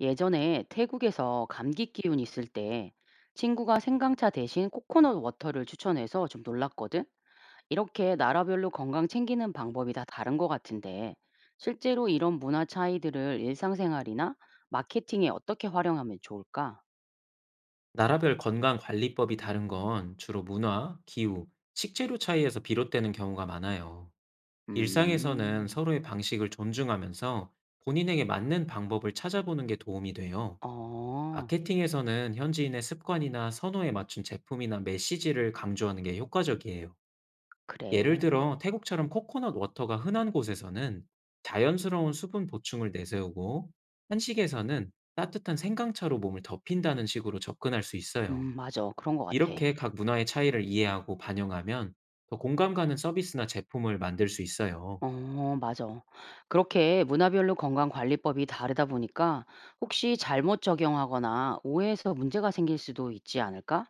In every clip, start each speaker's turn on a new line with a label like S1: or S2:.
S1: 예전에 태국에서 감기 기운 있을 때 친구가 생강차 대신 코코넛 워터를 추천해서 좀 놀랐거든? 이렇게 나라별로 건강 챙기는 방법이 다 다른 것 같은데, 실제로 이런 문화 차이들을 일상생활이나 마케팅에 어떻게 활용하면 좋을까?
S2: 나라별 건강관리법이 다른 건 주로 문화, 기후, 식재료 차이에서 비롯되는 경우가 많아요. 일상에서는
S1: 음,
S2: 서로의 방식을 존중하면서 본인에게 맞는 방법을 찾아보는 게 도움이 돼요.
S1: 어,
S2: 마케팅에서는 현지인의 습관이나 선호에 맞춘 제품이나 메시지를 강조하는 게 효과적이에요. 예를
S1: 그래.
S2: 들어, 태국처럼 코코넛 워터가 흔한 곳에서는 자연스러운 수분 보충을 내세우고, 한식에서는 따뜻한 생강차로 몸을 덮인다는 식으로 접근할 수 있어요.
S1: 맞아. 그런 것 같아.
S2: 이렇게 각 문화의 차이를 이해하고 반영하면 더 공감 가는 서비스나 제품을 만들 수 있어요.
S1: 어, 맞아. 그렇게 문화별로 건강관리법이 다르다 보니까 혹시 잘못 적용하거나 오해해서 문제가 생길 수도 있지 않을까?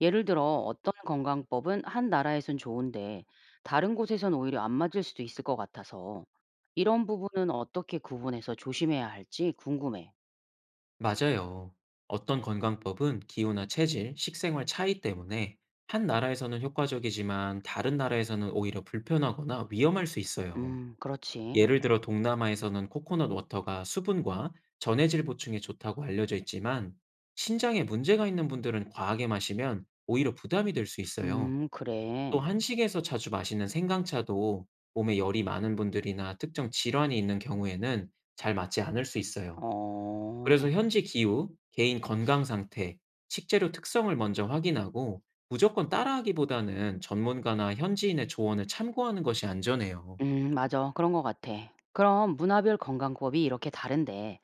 S1: 예를 들어 어떤 건강법은 한 나라에선 좋은데 다른 곳에선 오히려 안 맞을 수도 있을 것 같아서 이런 부분은 어떻게 구분해서 조심해야 할지 궁금해.
S2: 맞아요. 어떤 건강법은 기후나 체질, 식생활 차이 때문에 한 나라에서는 효과적이지만 다른 나라에서는 오히려 불편하거나 위험할 수 있어요.
S1: 그렇지.
S2: 예를 들어 동남아에서는 코코넛 워터가 수분과 전해질 보충에 좋다고 알려져 있지만, 신장에 문제가 있는 분들은 과하게 마시면 오히려 부담이 될 수 있어요. 또
S1: 그래.
S2: 한식에서 자주 마시는 생강차도 몸에 열이 많은 분들이나 특정 질환이 있는 경우에는 잘 맞지 않을 수 있어요.
S1: 어,
S2: 그래서 현지 기후, 개인 건강 상태, 식재료 특성을 먼저 확인하고 무조건 따라하기보다는 전문가나 현지인의 조언을 참고하는 것이 안전해요.
S1: 맞아. 그런 것 같아. 그럼 문화별 건강법이 이렇게 다른데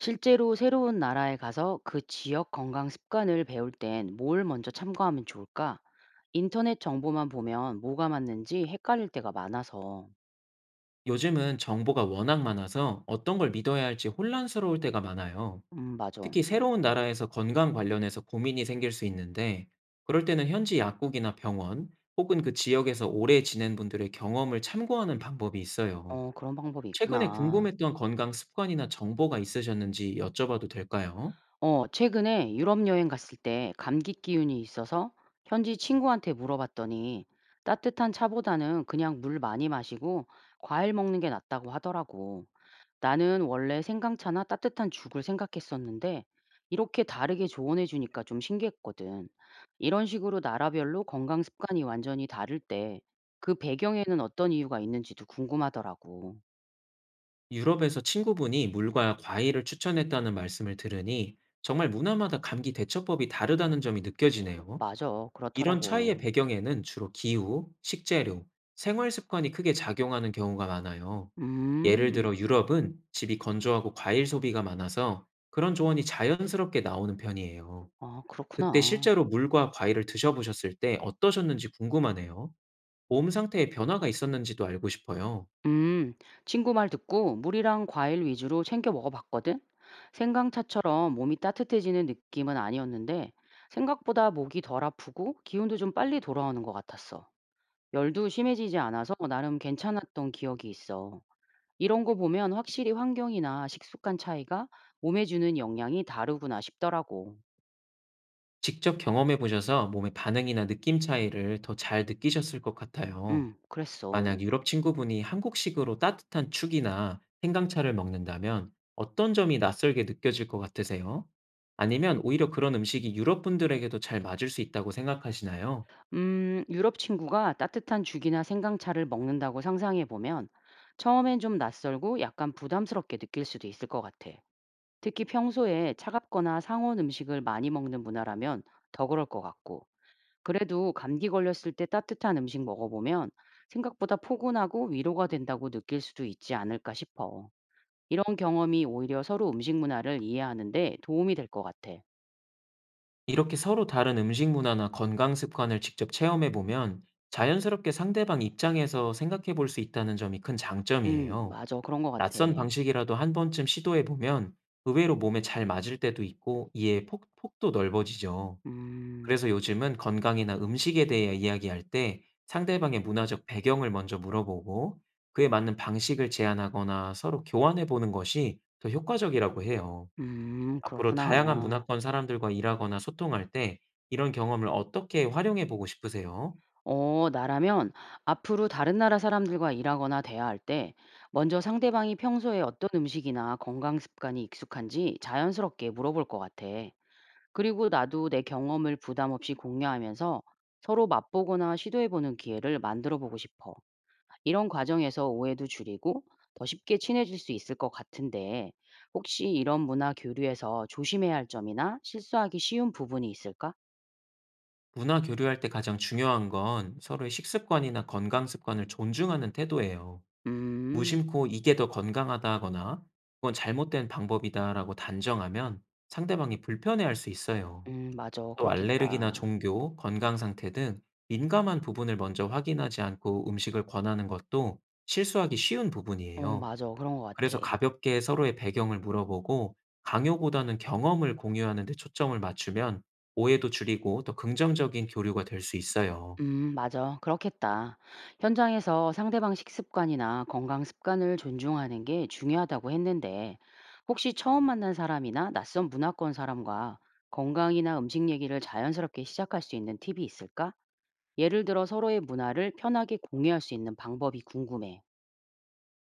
S1: 실제로 새로운 나라에 가서 그 지역 건강 습관을 배울 땐 뭘 먼저 참고하면 좋을까? 인터넷 정보만 보면 뭐가 맞는지 헷갈릴 때가 많아서.
S2: 요즘은 정보가 워낙 많아서 어떤 걸 믿어야 할지 혼란스러울 때가 많아요.
S1: 맞아.
S2: 특히 새로운 나라에서 건강 관련해서 고민이 생길 수 있는데, 그럴 때는 현지 약국이나 병원, 혹은 그 지역에서 오래 지낸 분들의 경험을 참고하는 방법이 있어요.
S1: 어, 그런 방법이
S2: 최근에
S1: 있구나.
S2: 궁금했던 건강 습관이나 정보가 있으셨는지 여쭤봐도 될까요?
S1: 어, 최근에 유럽 여행 갔을 때 감기 기운이 있어서 현지 친구한테 물어봤더니 따뜻한 차보다는 그냥 물 많이 마시고 과일 먹는 게 낫다고 하더라고. 나는 원래 생강차나 따뜻한 죽을 생각했었는데 이렇게 다르게 조언해 주니까 좀 신기했거든. 이런 식으로 나라별로 건강 습관이 완전히 다를 때 그 배경에는 어떤 이유가 있는지도 궁금하더라고.
S2: 유럽에서 친구분이 물과 과일을 추천했다는 말씀을 들으니 정말 문화마다 감기 대처법이 다르다는 점이 느껴지네요.
S1: 맞아,
S2: 이런 차이의
S1: 그렇더라고.
S2: 배경에는 주로 기후, 식재료, 생활 습관이 크게 작용하는 경우가 많아요. 예를
S1: 음,
S2: 들어 유럽은 집이 건조하고 과일 소비가 많아서 그런 조언이 자연스럽게 나오는 편이에요.
S1: 아,
S2: 그때
S1: 그렇구나.
S2: 실제로 물과 과일을 드셔보셨을 때 어떠셨는지 궁금하네요. 몸 상태에 변화가 있었는지도 알고 싶어요.
S1: 음, 친구 말 듣고 물이랑 과일 위주로 챙겨 먹어봤거든? 생강차처럼 몸이 따뜻해지는 느낌은 아니었는데 생각보다 목이 덜 아프고 기운도 좀 빨리 돌아오는 것 같았어. 열도 심해지지 않아서 나름 괜찮았던 기억이 있어. 이런 거 보면 확실히 환경이나 식습관 차이가 몸에 주는 영향이 다르구나 싶더라고.
S2: 직접 경험해 보셔서 몸의 반응이나 느낌 차이를 더 잘 느끼셨을 것 같아요.
S1: 그랬어.
S2: 만약 유럽 친구분이 한국식으로 따뜻한 죽이나 생강차를 먹는다면 어떤 점이 낯설게 느껴질 것 같으세요? 아니면 오히려 그런 음식이 유럽 분들에게도 잘 맞을 수 있다고 생각하시나요?
S1: 유럽 친구가 따뜻한 죽이나 생강차를 먹는다고 상상해 보면 처음엔 좀 낯설고 약간 부담스럽게 느낄 수도 있을 것 같아. 특히 평소에 차갑거나 상온 음식을 많이 먹는 문화라면 더 그럴 것 같고. 그래도 감기 걸렸을 때 따뜻한 음식 먹어보면 생각보다 포근하고 위로가 된다고 느낄 수도 있지 않을까 싶어. 이런 경험이 오히려 서로 음식 문화를 이해하는데 도움이 될 것 같아.
S2: 이렇게 서로 다른 음식 문화나 건강 습관을 직접 체험해 보면 자연스럽게 상대방 입장에서 생각해 볼 수 있다는 점이 큰 장점이에요.
S1: 맞아. 그런 것 같아.
S2: 낯선 방식이라도 한 번쯤 시도해 보면 의외로 몸에 잘 맞을 때도 있고, 이해 폭도 넓어지죠.
S1: 음,
S2: 그래서 요즘은 건강이나 음식에 대해 이야기할 때 상대방의 문화적 배경을 먼저 물어보고 그에 맞는 방식을 제안하거나 서로 교환해 보는 것이 더 효과적이라고 해요. 앞으로 다양한
S1: 그렇구나.
S2: 문화권 사람들과 일하거나 소통할 때 이런 경험을 어떻게 활용해 보고 싶으세요?
S1: 어, 나라면 앞으로 다른 나라 사람들과 일하거나 대화할 때 먼저 상대방이 평소에 어떤 음식이나 건강 습관이 익숙한지 자연스럽게 물어볼 것 같아. 그리고 나도 내 경험을 부담 없이 공유하면서 서로 맛보거나 시도해보는 기회를 만들어 보고 싶어. 이런 과정에서 오해도 줄이고 더 쉽게 친해질 수 있을 것 같은데 혹시 이런 문화 교류에서 조심해야 할 점이나 실수하기 쉬운 부분이 있을까?
S2: 문화 교류할 때 가장 중요한 건 서로의 식습관이나 건강 습관을 존중하는 태도예요.
S1: 음,
S2: 무심코 이게 더 건강하다 하거나 그건 잘못된 방법이다라고 단정하면 상대방이 불편해할 수 있어요.
S1: 맞아.
S2: 또 알레르기나
S1: 그렇겠다.
S2: 종교, 건강 상태 등 민감한 부분을 먼저 확인하지 않고 음식을 권하는 것도 실수하기 쉬운
S1: 어,
S2: 부분이에요.
S1: 맞아. 그런 것 같아.
S2: 그래서 가볍게 서로의 배경을 물어보고 강요보다는 경험을 공유하는 데 초점을 맞추면 오해도 줄이고 더 긍정적인 교류가 될 수 있어요.
S1: 맞아. 그렇겠다. 현장에서 상대방 식습관이나 건강 습관을 존중하는 게 중요하다고 했는데, 혹시 처음 만난 사람이나 낯선 문화권 사람과 건강이나 음식 얘기를 자연스럽게 시작할 수 있는 팁이 있을까? 예를 들어 서로의 문화를 편하게 공유할 수 있는 방법이 궁금해.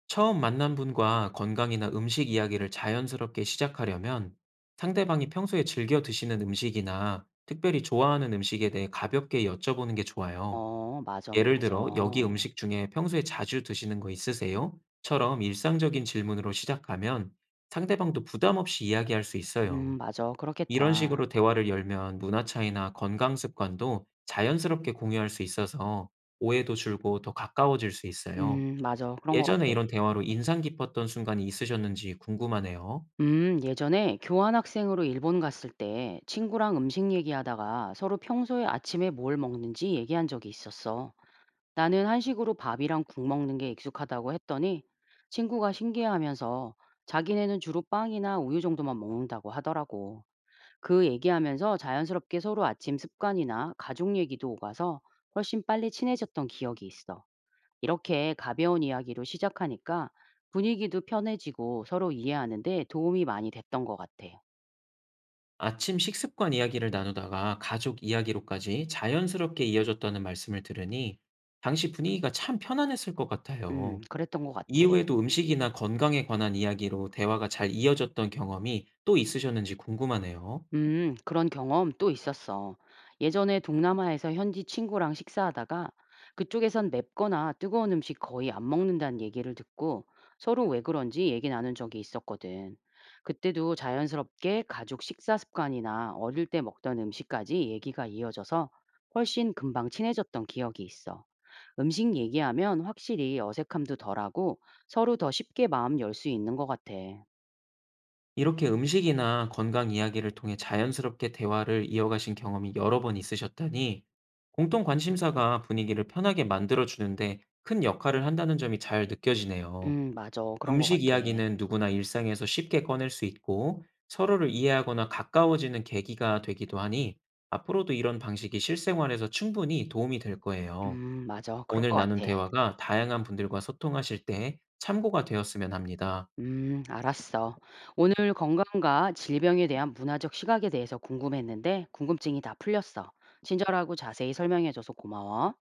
S2: 처음 만난 분과 건강이나 음식 이야기를 자연스럽게 시작하려면 상대방이 평소에 즐겨 드시는 음식이나 특별히 좋아하는 음식에 대해 가볍게 여쭤보는 게 좋아요.
S1: 어, 맞아,
S2: 예를 들어 "여기
S1: 맞아.
S2: 음식 중에 평소에 자주 드시는 거 있으세요?" 처럼 일상적인 질문으로 시작하면 상대방도 부담 없이 이야기할 수 있어요.
S1: 맞아.
S2: 이런
S1: 그렇겠다.
S2: 식으로 대화를 열면 문화 차이나 건강 습관도 자연스럽게 공유할 수 있어서 오해도 줄고 더 가까워질 수 있어요.
S1: 맞아. 그런 것
S2: 예전에 이런
S1: 같아.
S2: 대화로 인상 깊었던 순간이 있으셨는지 궁금하네요.
S1: 예전에 교환학생으로 일본 갔을 때 친구랑 음식 얘기하다가 서로 평소에 아침에 뭘 먹는지 얘기한 적이 있었어. 나는 한식으로 밥이랑 국 먹는 게 익숙하다고 했더니 친구가 신기해하면서 자기네는 주로 빵이나 우유 정도만 먹는다고 하더라고. 그 얘기하면서 자연스럽게 서로 아침 습관이나 가족 얘기도 오가서 훨씬 빨리 친해졌던 기억이 있어. 이렇게 가벼운 이야기로 시작하니까 분위기도 편해지고 서로 이해하는데 도움이 많이 됐던 것 같아.
S2: 아침 식습관 이야기를 나누다가 가족 이야기로까지 자연스럽게 이어졌다는 말씀을 들으니 당시 분위기가 참 편안했을 것 같아요.
S1: 그랬던 것 같아.
S2: 이후에도 음식이나 건강에 관한 이야기로 대화가 잘 이어졌던 경험이 또 있으셨는지 궁금하네요.
S1: 그런 경험 또 있었어. 예전에 동남아에서 현지 친구랑 식사하다가 그쪽에선 맵거나 뜨거운 음식 거의 안 먹는다는 얘기를 듣고 서로 왜 그런지 얘기 나눈 적이 있었거든. 그때도 자연스럽게 가족 식사 습관이나 어릴 때 먹던 음식까지 얘기가 이어져서 훨씬 금방 친해졌던 기억이 있어. 음식 얘기하면 확실히 어색함도 덜하고 서로 더 쉽게 마음 열 수 있는 것 같아.
S2: 이렇게 음식이나 건강 이야기를 통해 자연스럽게 대화를 이어가신 경험이 여러 번 있으셨다니, 공통 관심사가 분위기를 편하게 만들어주는데 큰 역할을 한다는 점이 잘 느껴지네요.
S1: 맞아. 그런 것
S2: 음식
S1: 같아.
S2: 이야기는 누구나 일상에서 쉽게 꺼낼 수 있고, 서로를 이해하거나 가까워지는 계기가 되기도 하니, 앞으로도 이런 방식이 실생활에서 충분히 도움이 될 거예요.
S1: 맞아. 그럴
S2: 오늘
S1: 것
S2: 나눈
S1: 같아.
S2: 대화가 다양한 분들과 소통하실 때 참고가 되었으면 합니다.
S1: 알았어. 오늘 건강과 질병에 대한 문화적 시각에 대해서 궁금했는데 궁금증이 다 풀렸어. 친절하고 자세히 설명해 줘서 고마워.